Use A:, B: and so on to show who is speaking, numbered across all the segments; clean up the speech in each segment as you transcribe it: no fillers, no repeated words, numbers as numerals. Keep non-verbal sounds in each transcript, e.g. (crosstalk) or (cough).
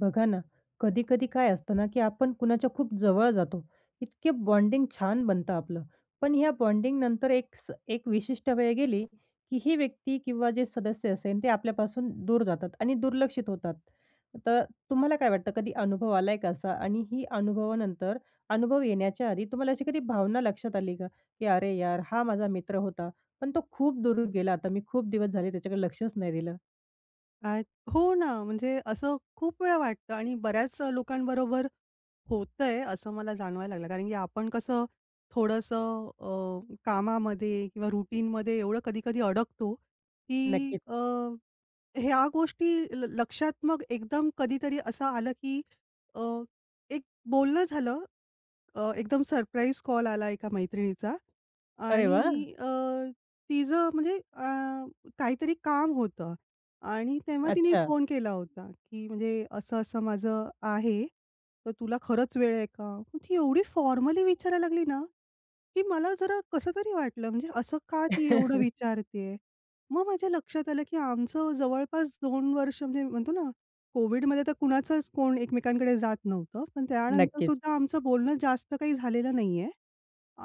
A: बघा ना, कधी-कधी काय असतं ना, की आपण कुणाच्या खूप जवळ जातो. इतके बॉन्डिंग छान बनतं आपलं. पण ह्या बॉन्डिंगनंतर एक विशिष्ट वेळ गेली, की ही व्यक्ती किंवा जे सदस्य असेल ते आपल्यापासून दूर जातात आणि दुर्लक्षित होतात. तर तुम्हाला काय वाटतं कधी अनुभव आलाय का असा? आणि ही अनुभवानंतर अनुभव येण्याच्या आधी तुम्हाला अशी कधी भावना लक्षात आली का? की "अरे यार, हा माझा मित्र होता, पण तो खूप दूर गेला आता. मी खूप दिवस झाले त्याच्याकडे लक्षच नाही दिलं."
B: आ, हो ना, म्हणजे असं खूप वेळा वाटतं आणि बऱ्याच लोकांबरोबर होतंय असं मला जाणवायला लागलं. कारण की आपण कसं थोडंसं कामामध्ये किंवा रुटीनमध्ये एवढं कधी-कधी अडकतो, की
A: नक्कीच.
B: ह्या गोष्टी लक्षात मग एकदम कधीतरी असं आलं, की अ, एक बोलणं झालं, एकदम सरप्राईज कॉल आला एका मैत्रिणीचा.
A: अरे वाह!
B: आणि तिचं म्हणजे काहीतरी काम होतं आणि तेव्हा तिने
A: अच्छा.
B: फोन केला होता, की म्हणजे असं-असं माझं आहे, तर तुला खरंच वेळ आहे का? मग ती एवढी फॉर्मली विचारायला लागली ना, की मला जरा कसंतरी वाटलं, म्हणजे असं का ती एवढं
A: (laughs)
B: विचारतीये? मग माझ्या लक्षात आलं, की आमचं जवळपास 2 वर्ष म्हणजे म्हणतो ना, कोव्हिडमध्ये तर कुणाचंच कोण एकमेकांकडे जात नव्हतं. पण त्यानंतर
A: नक्कीच.
B: सुद्धा आमचं बोलणं जास्त काही झालेलं नाहीये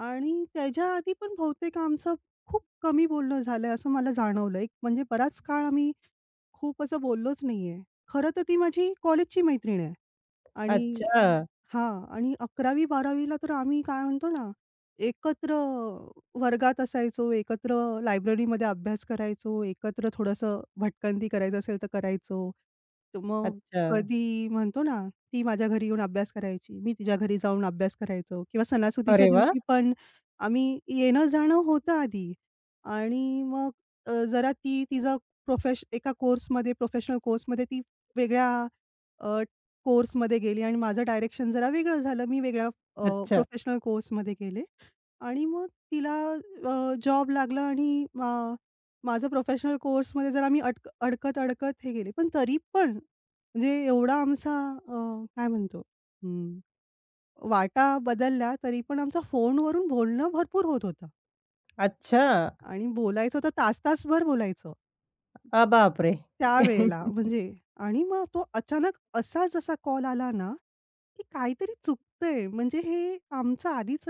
B: आणि त्याच्या आधी पण बहुतेक आमचं खूप कमी बोलणं झालंय असं मला जाणवलं. एक म्हणजे बराच काळ आम्ही खूप असं बोललोच नाहीये. खरं तर ती माझी कॉलेजची मैत्रीण आहे आणि
A: अच्छा,
B: हां. आणि 11वी-12वी ला तर आम्ही काय म्हणतो ना, एकत्र वर्गात असायचो, एकत्र लायब्ररीमध्ये अभ्यास करायचो, एकत्र थोडंसं भटकंती करायचं असेल तर करायचो. तर मग
A: अच्छा.
B: कधी म्हणतो ना, ती माझ्या घरी येऊन अभ्यास करायची, मी तिच्या घरी जाऊन अभ्यास करायचो किंवा सणासुदीच्या
A: अरे वाह!
B: दिवशी पण आम्ही येणं-जाणं होतं आधी. आणि मग जरा ती तिचा एका कोर्समध्ये प्रोफेशनल कोर्समध्ये ती वेगळ्या अ, कोर्समध्ये गेली आणि माझं डायरेक्शन जरा वेगळं झालं. मी वेगळ्या
A: अच्छा,
B: प्रोफेशनल कोर्समध्ये गेले आणि मग तिला जॉब लागला आणि माझं प्रोफेशनल कोर्समध्ये जरा मी अडकत-अडकत हे गेले. पण तरी पण म्हणजे एवढा आमचा, काय म्हणतो, अं, वाटा बदलला तरी पण आमचं फोनवरून बोलणं भरपूर होत होतं.
A: अच्छा.
B: आणि बोलायचं तर तास-तासभर बोलायचो
A: बापरे!
B: त्यावेळेला.
A: (laughs)
B: म्हणजे आणि मग तो अचानक असा जसा कॉल आला ना, की काहीतरी चुकतंय, म्हणजे हे आमचं आधीच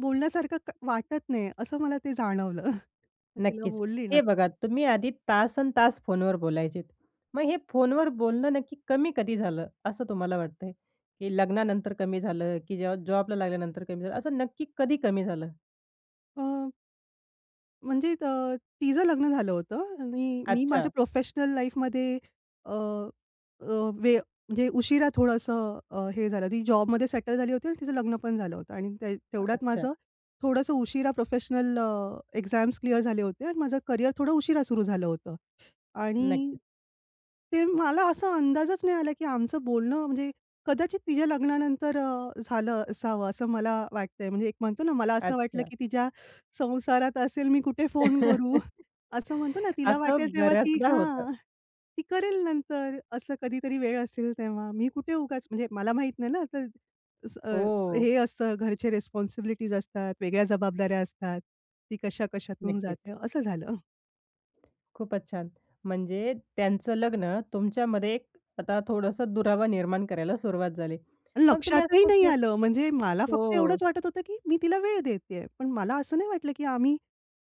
B: बोलण्यासारखं वाटत नाही, असं मला ते जाणवलं. (laughs) मग तिला
A: नक्कीच.
B: बोलली ना,
A: हे बघा तुम्ही आधी तासनतास फोनवर बोलायचेत. मग हे फोनवर बोलणं नक्की कमी कधी झालं, असं तुम्हाला वाटतंय? की लग्नानंतर कमी झालं, की जेव्हा जॉबला लागल्यानंतर कमी झालं, असं नक्की कधी कमी झालं?
B: "अ, म्हणजे तिचं लग्न झालं होतं आणि मी
A: अच्छा,
B: माझ्या प्रोफेशनल लाईफमध्ये अ, अ, वे म्हणजे उशिरा थोडंसं हे झालं. ती जॉबमध्ये सेटल झाली होती आणि तिचं लग्न पण झालं होतं आणि ते तेवढ्यात
A: अच्छा.
B: माझं थोडंसं उशिरा प्रोफेशनल एक्झाम्स क्लिअर झाले होते आणि माझं करियर थोडं उशिरा सुरू झालं होतं. आणि
A: नक्कीच.
B: ते मला असा अंदाजच नाही आला, की आमचं बोलणं म्हणजे कदाचित तिच्या लग्नानंतर झालं असावं, असं मला वाटतंय. म्हणजे एक म्हणतो ना, मला असं वाटलं,
A: अच्छा.
B: की तिच्या संसारात असेल, मी कुठे फोन करू?
A: (laughs)
B: असं म्हणतो ना, तिला
A: असं
B: वाटेल तेव्हा ती,
A: बऱ्याचदा होतं.
B: हां, ती करेल नंतर. असं कधीतरी वेळ असेल तेव्हा. मी कुठे उगाच, म्हणजे मला माहीत नाही ना, तर स अ,
A: हो,
B: हे असतं, घरचे रिस्पॉन्सिबिलिटीज असतात, वेगळ्या जबाबदाऱ्या असतात. ती कशा-कशातून
A: नक्कीच.
B: जाते, असं झालं.
A: खूपच छान. म्हणजे त्यांचं लग्न तुमच्यामध्ये एक आता थोडंसं दुरावा निर्माण करायला सुरुवात झाली. मग तुम्ही असं
B: लक्षातही नाही
A: कुठल्या
B: आलं. म्हणजे मला फक्त
A: हो.
B: एवढंच वाटत होतं, की मी तिला वेळ देतेय. पण मला असं नाही वाटलं, की आम्ही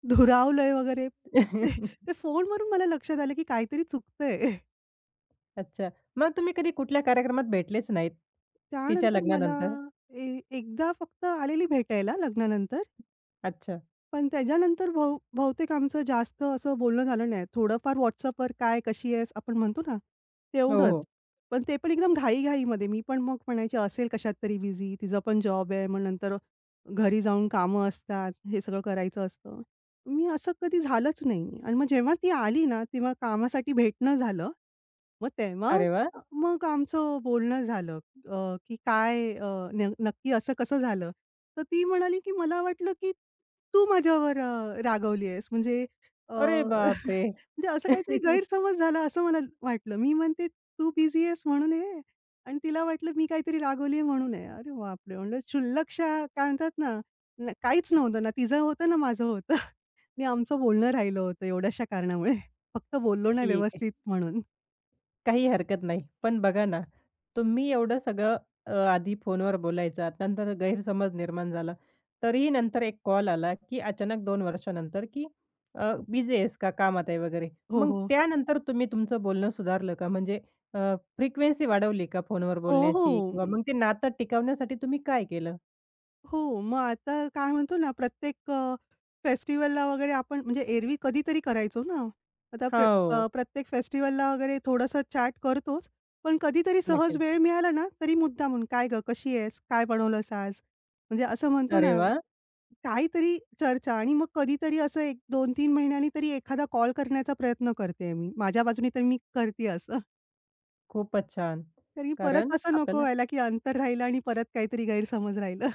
B: दुरावलोय वगैरे. ते
A: (laughs)
B: ते फोनवरून मला लक्षात आलं, की काहीतरी चुकतंय.
A: अच्छा. मग तुम्ही कधी कुठल्या कार्यक्रमात भेटलेच नाहीत? तिच्या
B: त्यानंतर मला
A: लग्नानंतर?
B: ए एकदा फक्त आलेली भेटायला लग्नानंतर.
A: अच्छा.
B: पण त्याच्यानंतर बहुतेक आमचं जास्त असं बोलणं झालं नाही. थोडंफार WhatsAppवर, काय, कशी आहेस? आपण म्हणतो ना,
A: हो,
B: तेवढंच.
A: हो.
B: पण ते पण एकदम घाई-घाईमध्ये. मी पण मग म्हणायची असेल कशात तरी बिझी. तिचा पण जॉब आहे. मग नंतर घरी जाऊन कामं असतात, हे सगळं करायचं असतं. मी असं कधी झालंच नाही आणि मग जेव्हा ती आली ना, तेव्हा कामासाठी भेटणं झालं. मग तेव्हा
A: अरे वाह!
B: मग आमचं बोलणं झालं, की काय, नक्की असं कसं झालं? तर ती म्हणाली, की "मला वाटलं की तू माझ्यावर रागवली आहेस." म्हणजे अ
A: अरे
B: म्हणजे
A: बापरे!
B: असं काहीतरी
A: (laughs)
B: गैरसमज झाला असं मला वाटलं. मी म्हणते, "तू बिझी आहेस म्हणून हे." आणि तिला वाटलं मी काहीतरी रागवली म्हणून आहे. अरे बापरे! म्हणलं क्षुल्लकशा काय म्हणतात ना, काहीच नव्हतं ना, तिचं होतं ना, माझं होतं. (laughs) आणि आमचं बोलणं राहिलं होतं एवढ्याशा कारणामुळे. फक्त बोललो नाही
A: ठीक आहे.
B: व्यवस्थित म्हणून.
A: काही हरकत नाही. पण बघा ना, तुम्ही एवढं सगळं आधी फोनवर बोलायचात, नंतर गैरसमज निर्माण झाला. तरीही नंतर एक कॉल आला, की अचानक 2 वर्षानंतर, की बिझी आहेस का? कामात आहे वगैरे.
B: हो,
A: मग
B: हो.
A: त्यानंतर तुम्ही तुमचं बोलणं सुधारलं का? म्हणजे फ्रिक्वेन्सी वाढवली का फोनवर
B: हो, हो.
A: बोलण्याची? किंवा मग ते नातं टिकवण्यासाठी तुम्ही काय केलं?
B: हो, मग आता काय म्हणतो ना, प्रत्येक फेस्टिव्हलला वगैरे आपण म्हणजे एरवी कधीतरी करायचो ना. आता
A: हो,
B: प्रत्येक फेस्टिव्हलला वगैरे थोडंसं चॅट करतोच. पण कधीतरी सहज
A: नक्कीच.
B: वेळ मिळाला ना, तरी मुद्दामून, "काय गं, कशी आहेस? काय बनवलंस आज?" म्हणजे असं म्हणतो
A: अरे
B: ना,
A: वाह!
B: काहीतरी चर्चा. आणि मग कधीतरी असं 1, 2, 3 महिन्यांनी तरी एखादा कॉल करण्याचा प्रयत्न करते मी. माझ्या बाजूने तर मी करते असं.
A: खूपच छान.
B: तरी
A: कारण
B: परत असं नको
A: आपल्याला
B: व्हायला, की अंतर राहिलं आणि परत काहीतरी गैरसमज राहिलं.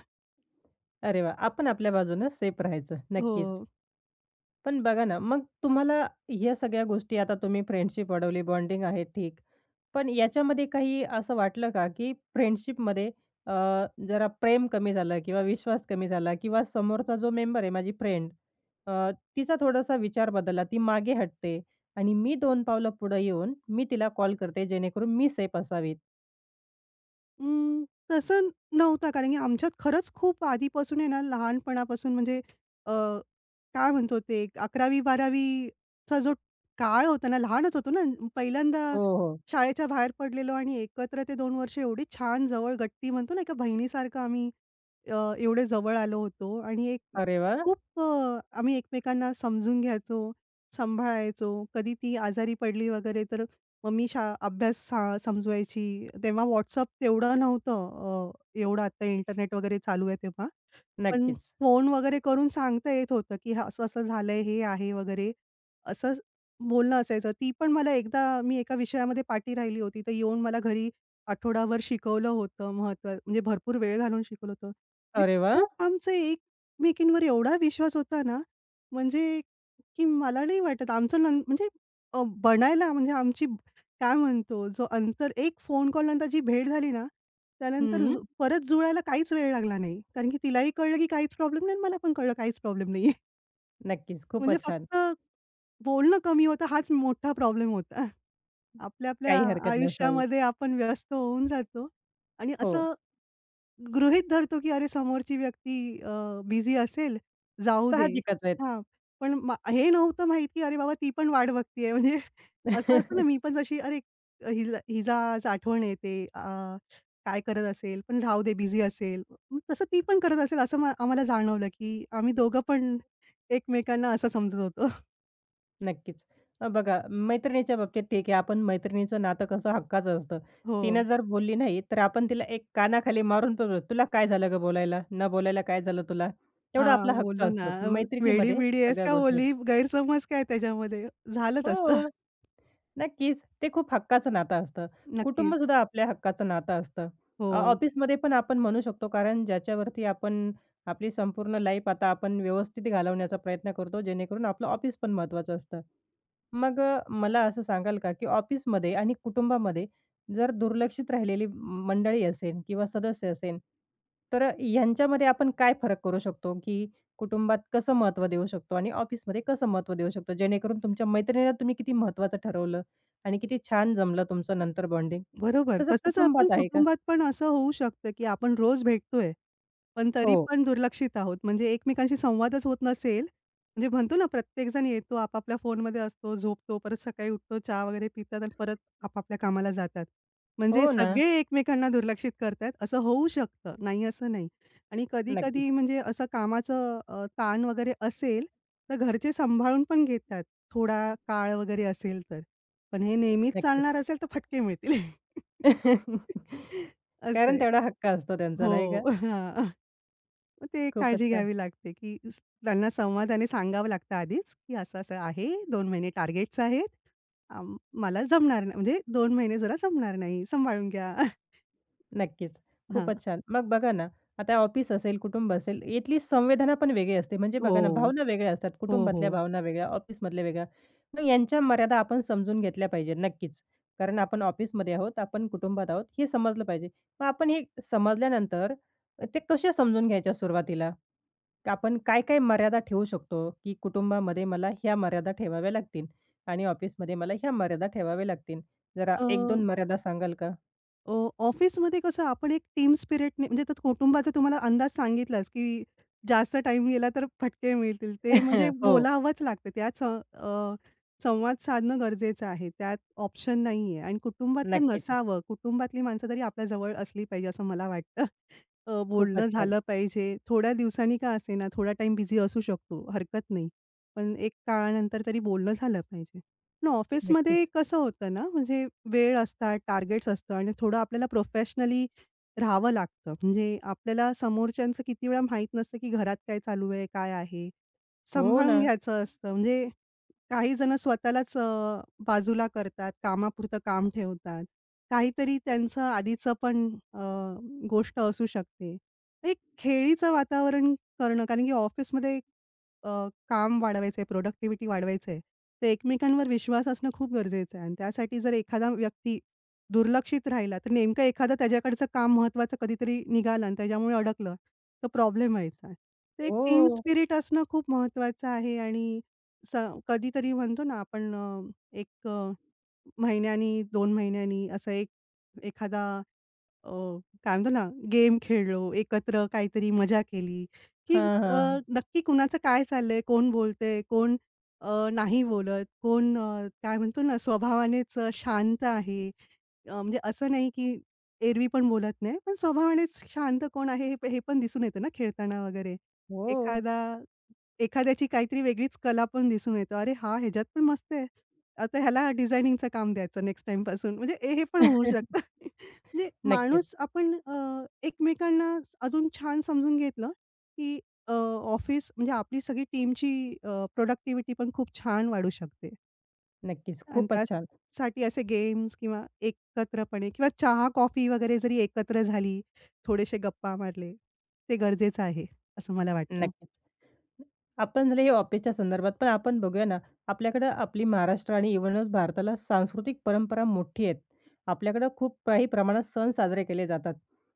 A: अरे वाह! आपण आपल्या बाजूनं सेफ राहायचं. नक्कीच.
B: हो.
A: पण बघा ना, मग तुम्हाला ह्या सगळ्या गोष्टी आता तुम्ही फ्रेंडशिप वाढवली, बॉन्डिंग आहे ठीक. पण याच्यामध्ये काही असं वाटलं का, की फ्रेंडशिपमध्ये अ, जरा प्रेम कमी झालं किंवा विश्वास कमी झाला किंवा समोरचा जो मेंबर आहे माझी फ्रेंड तिचा थोडासा विचार बदलला, ती मागे हटते आणि मी 2 पावलं पुढे येऊन मी तिला कॉल करते जेणेकरून मी सेफ असावी.
B: अं, तसं नव्हता, कारण की आमच्यात खरंच खूप आधीपासून आहे ना, लहानपणापासून. म्हणजे अ, काय म्हणतो, ते अकरावी 12वी चा जो काळ होता ना, लहानच होतो ना,
A: हो,
B: पहिल्यांदा
A: हो.
B: शाळेच्या बाहेर पडलेलो आणि एकत्र ते 2 वर्ष एवढी छान जवळ गट्टी म्हणतो ना, एका बहिणीसारखं आम्ही एवढे जवळ आलो होतो. आणि एक
A: अरे वाह!
B: खूप, आम्ही एकमेकांना समजून घ्यायचो, सांभाळायचो. कधी ती आजारी पडली वगैरे तर मग मी अभ्यास समजवायची. तेव्हा WhatsApp तेवढं नव्हतं, एवढं आता इंटरनेट वगैरे चालू आहे तेव्हा. पण
A: नक्कीच.
B: फोन वगैरे करून सांगता येत होतं, की असं-असं झालंय, हे आहे वगैरे. असं बोलणं असायचं. ती पण मला एकदा मी एका विषयामध्ये पाठी राहिली होती, तर येऊन मला घरी आठवडाभर शिकवलं होतं, महत्त्व म्हणजे भरपूर वेळ घालून शिकवलं होतं. म्हणजे
A: अरे वाह!
B: खूप आमचा एकमेकींवर एवढा विश्वास होता ना, म्हणजे की मला नाही वाटत आमचं नं, म्हणजे बनायला, म्हणजे आमची काय म्हणतो, जो अंतर एक फोन कॉलनंतर जी भेट झाली ना, त्यानंतर
A: हं.
B: परत जुळायला काहीच वेळ लागला नाही. कारण की तिलाही कळलं की काहीच प्रॉब्लेम नाही आणि मला पण कळलं काहीच प्रॉब्लेम नाहीये. (laughs)
A: नक्कीच.
B: म्हणजे
A: खूपच छान.
B: फक्त बोलणं कमी होतं हाच मोठा प्रॉब्लेम होता. आपल्या आपल्या
A: काही हरकत नसावी.
B: आयुष्यामध्ये आपण व्यस्त होऊन जातो आणि
A: हो,
B: असं गृहीत धरतो, की अरे समोरची व्यक्ती बिझी असेल, जाऊ दे.
A: साहजिकच आहेत.
B: हां, पण हे नव्हतं माहीत, की अरे बाबा ती पण वाट बघतीये. (laughs) म्हणजे असं असतं ना, मी
A: (laughs)
B: पण जशी, अरे हिला हिला आज आठवण येते, काय करत असेल, पण राहू दे बिझी असेल. मग तसं ती पण करत असेल असं आम्हाला जाणवलं, की आम्ही दोघं पण एकमेकांना असं समजत होतो. (laughs)
A: नक्कीच. बघा मैत्रिणीच्या बाबतीत ठीक आहे, आपण मैत्रिणीचं नातं कसं हक्काचं असतं.
B: हो.
A: तिनं जर बोलली नाही, तर आपण तिला एक कानाखाली मारून पण बोलू, "तुला काय झालं गं बोलायला? न बोलायला काय झालं तुला?" तेवढा
B: हां,
A: आपला हक्क
B: बोललो ना,
A: असतो. मैत्रिणीमध्ये
B: वेडी-बिडी आहेस
A: सगळ्या
B: का,
A: गोष्टी असतात.
B: ओली? गैरसमज काय त्याच्यामध्ये? झालं तसं.
A: हो,
B: (laughs)
A: नक्कीच. ते खूप हक्काचं नातं असतं.
B: नक्कीच.
A: कुटुंबसुद्धा आपल्या हक्काचं नातं असतं.
B: हो.
A: ऑफिसमध्ये पण आपण म्हणू शकतो, कारण ज्याच्यावरती आपण आपली संपूर्ण लाईफ आता आपण व्यवस्थित घालवण्याचा प्रयत्न करतो, जेणेकरून आपलं ऑफिस पण महत्त्वाचं असतं. मग मला असं सांगाल का, की ऑफिसमध्ये आणि कुटुंबामध्ये जर दुर्लक्षित राहिलेली मंडळी असेल किंवा सदस्य असेल, तर ह्यांच्यामध्ये आपण काय फरक करू शकतो, की कुटुंबात कसं महत्त्व देऊ शकतो आणि ऑफिसमध्ये कसं महत्त्व देऊ शकतो? जेणेकरून तुमच्या मैत्रिणीला तुम्ही किती महत्त्वाचं ठरवलं आणि किती छान जमलं तुमचं नंतर बॉन्डिंग.
B: बरोबर.
A: तसं
B: तसंच आपण
A: कुटुंबात आहे का?
B: कुटुंबात पण असं होऊ शकतं, की आपण रोज भेटतोय, पण
A: हो.
B: तरी पण दुर्लक्षित आहोत. म्हणजे एकमेकांशी संवादच होत नसेल, म्हणजे म्हणतो ना, प्रत्येकजण येतो, आपापल्या फोनमध्ये असतो, झोपतो, परत सकाळी उठतो, चहा वगैरे पितात आणि परत आपापल्या कामाला जातात. म्हणजे
A: हो ना.
B: सगळे एकमेकांना दुर्लक्षित करतायत असं होऊ शकतं, नाही असं नाही. आणि
A: नक्कीच,
B: कधी-कधी म्हणजे असं कामाचं ताण वगैरे असेल, तर घरचे सांभाळून पण घेतात, थोडा काळ वगैरे असेल तर. पण हे नेहमीच
A: नक्कीच.
B: चालणार असेल तर फटके मिळतील.
A: (laughs)
B: असं
A: कारण
B: आहे.
A: तेवढा हक्क असतो त्यांचा
B: हो.
A: नाही का?
B: हां. मग ते
A: खूपच
B: काळजी
A: छान.
B: घ्यावी लागते, की त्यांना संवादाने सांगावं लागतं आधीच, की असं-असं आहे, 2 महिने टार्गेट्स आहेत. अ, मला जमणार नाही, म्हणजे 2 महिने जरा जमणार नाही, सांभाळून घ्या.
A: नक्कीच.
B: हां.
A: खूपच छान. मग बघा ना, आता ऑफिस असेल, कुटुंब असेल, यातली संवेदना पण वेगळी असते. म्हणजे
B: हो.
A: बघा ना, भावना वेगळ्या असतात.
B: हो, हो.
A: कुटुंबातल्या भावना वेगळ्या, ऑफिसमधल्या वेगळ्या. मग यांच्या मर्यादा आपण समजून घेतल्या पाहिजेत नक्कीच. कारण आपण ऑफिसमध्ये आहोत, आपण कुटुंबात आहोत, हे समजलं पाहिजे. मग आपण हे समजल्यानंतर ते कशा समजून घ्यायच्या सुरुवातीला? की आपण काय-काय मर्यादा ठेवू शकतो, की कुटुंबामध्ये मला ह्या मर्यादा ठेवाव्या लागतील आणि ऑफिसमध्ये मला ह्या मर्यादा ठेवाव्या लागतील. जरा
B: अ
A: 1-2 मर्यादा सांगाल का?
B: अ, ऑफिसमध्ये कसं आपण एक टीम स्पिरिटने, म्हणजे त्यात कुटुंबाचा तुम्हाला अंदाज सांगितलाच, की जास्त टाइम गेला तर फटके मिळतील. ते म्हणजे
A: (laughs) हो,
B: बोलावंच लागतं. त्यात संवाद साधणं गरजेचं आहे. त्यात ऑप्शन नाहीये. आणि कुटुंबात तर
A: नक्कीच.
B: नसावं. कुटुंबातली माणसं तरी आपल्या जवळ असली पाहिजे असं मला वाटतं.
A: खूपच
B: बोलणं
A: छान.
B: झालं पाहिजे. थोड्या दिवसांनी का असेना, थोडा टाईम बिझी असू शकतो, हरकत नाही. पण एक काळानंतर तरी बोलणं झालं पाहिजे. पण
A: नक्कीच.
B: ऑफिसमध्ये कसं होतं ना, म्हणजे वेळ असतात, टार्गेट्स असतं आणि थोडं आपल्याला प्रोफेशनली राहावं लागतं. म्हणजे आपल्याला समोरच्यांचं किती वेळा माहीत नसतं, की घरात काय चालू आहे, काय आहे?
A: हो
B: सांभाळून
A: ना.
B: घ्यायचं असतं. म्हणजे काही जण स्वतःलाच बाजूला करतात, कामापुरतं काम ठेवतात. काहीतरी त्यांचं आधीचं पण अ, गोष्ट असू शकते. एक खेळीचं वातावरण करणं, कारण की ऑफिसमध्ये अ, काम वाढवायचंय, प्रोडक्टिव्हिटी वाढवायचंय, तर एकमेकांवर विश्वास असणं खूप गरजेचं आहे. आणि त्यासाठी जर एखादा व्यक्ती दुर्लक्षित राहिला, तर नेमकं एखादं त्याच्याकडचं काम महत्त्वाचं कधीतरी निघालं आणि त्याच्यामुळे अडकलं, तर प्रॉब्लेम व्हायचा. तर एक टीम
A: हो.
B: स्पिरिट असणं खूप महत्त्वाचं आहे. आणि स कधीतरी म्हणतो ना आपण, एक महिन्यानी, 2 महिन्यांनी असं एक एखादा, अ, काय म्हणतो ना, गेम खेळलो, एकत्र काहीतरी मजा केली, की
A: हां,
B: अ,
A: हां.
B: नक्की कुणाचं काय चाललंय, कोण बोलतंय, कोण नाही बोलत, कोण, काय म्हणतो ना, स्वभावानेच शांत आहे. म्हणजे असं नाही की एरवी पण बोलत नाही, पण स्वभावानेच शांत कोण आहे, हे हे पण दिसून येतं ना खेळताना वगैरे.
A: हो.
B: एखादा एखाद्याची काहीतरी वेगळीच कला पण दिसून येतो. अरे, हा ह्याच्यात पण मस्त आहे. आता ह्याला डिझायनिंगचं काम द्यायचं नेक्स्ट टाईमपासून. म्हणजे ए हे पण होऊ शकतं. (laughs) म्हणजे
A: नक्कीच,
B: माणूस आपण, एकमेकांना अजून छान समजून घेतलं, की ऑफिस म्हणजे आपली सगळी टीमची प्रोडक्टिव्हिटी पण खूप छान वाढू शकते.
A: नक्कीच.
B: आणि
A: खूपच छान.
B: त्याचसाठी असे गेम्स किंवा एकत्रपणे किंवा चहा, कॉफी वगैरे जरी एकत्र झाली, थोडेसे गप्पा मारले, ते गरजेचं आहे, असं मला वाटतं.
A: नक्कीच. आपण झालं हे ऑफिसच्या संदर्भात, पण आपण बघूया ना, आपल्याकडं आपली महाराष्ट्र आणि इव्हनच भारताला सांस्कृतिक परंपरा मोठी आहेत. आपल्याकडं खूप काही प्रमाणात सण साजरे केले जातात.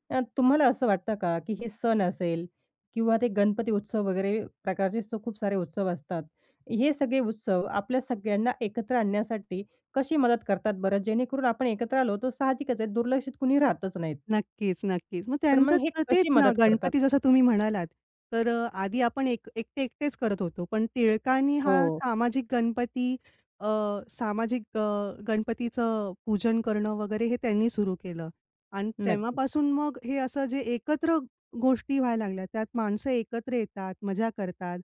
A: तुम्हाला असं वाटतं का, की हे सण असेल किंवा ते गणपती उत्सव वगैरे प्रकारचे खूप सारे उत्सव असतात. हे सगळे उत्सव आपल्या सगळ्यांना एकत्र आणण्यासाठी कशी मदत करतात बरं? जेणेकरून आपण एकत्र आलो तर साहजिकच आहे, दुर्लक्षित कुणी राहतच नाहीत.
B: नक्कीच, नक्कीच. मग
A: तर मग
B: त्यांचं
A: हे
B: तर
A: कशी
B: तेच ना,
A: मदत करतात?
B: गणपती जसं तुम्ही म्हणालात, तर आधी आपण एक एकटे-एकटेच करत होतो. पण टिळकांनी हा
A: हो,
B: सामाजिक गणपती, अ, सामाजिक गणपतीचं पूजन करणं वगैरे हे त्यांनी सुरू केलं. आणि
A: नक्कीच.
B: तेव्हापासून मग हे असं जे एकत्र गोष्टी व्हायला लागल्या, त्यात माणसं एकत्र येतात, मजा करतात,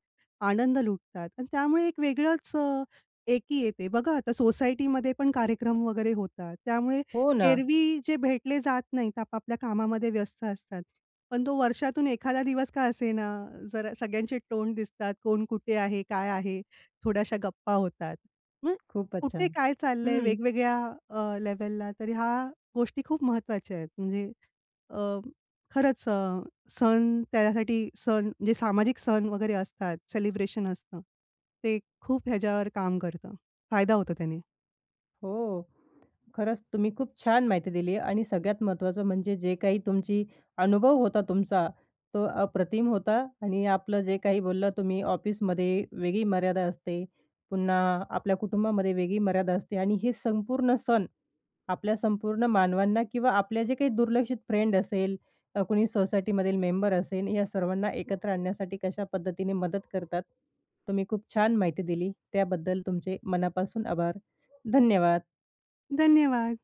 B: आनंद लुटतात आणि त्यामुळे एक वेगळंच एकी येते. बघा आता सोसायटीमध्ये पण कार्यक्रम वगैरे होतात. त्यामुळे
A: हो ना.
B: एरवी जे भेटले जात नाहीत, आपापल्या कामामध्ये व्यस्त असतात. पण तो वर्षातून एखादा दिवस का असेना, जरा सगळ्यांचे तोंड दिसतात. कोण कुठे आहे, काय आहे, थोड्याशा गप्पा होतात. मग
A: खूपच
B: कुठे
A: छान.
B: काय चाललंय वेगवेगळ्या लेव्हलला, तर ह्या गोष्टी खूप महत्त्वाच्या आहेत. म्हणजे अ, खरंच, सण त्यासाठी, सण जे सामाजिक सण वगैरे असतात, सेलिब्रेशन असतं, ते खूप ह्याच्यावर काम करतं. फायदा होतो त्याने.
A: हो. खरंच तुम्ही खूप छान माहिती दिली आणि सगळ्यात महत्त्वाचं म्हणजे जे काही तुमची अनुभव होता तुमचा, तो अप्रतिम होता आणि आपलं जे काही बोलला तुम्ही ऑफिसमध्ये वेगळी मर्यादा असते, पुन्हा आपल्या कुटुंबामध्ये वेगळी मर्यादा असते आणि हे संपूर्ण सण आपल्या संपूर्ण मानवांना किंवा आपल्या जे काही दुर्लक्षित फ्रेंड असेल, कोणी सोसायटीमधील मेंबर असेल, या सर्वांना एकत्र आणण्यासाठी कशा पद्धतीने मदत करतात. तुम्ही खूप छान माहिती दिली. त्याबद्दल तुमचे मनापासून आभार. धन्यवाद.
B: धन्यवाद.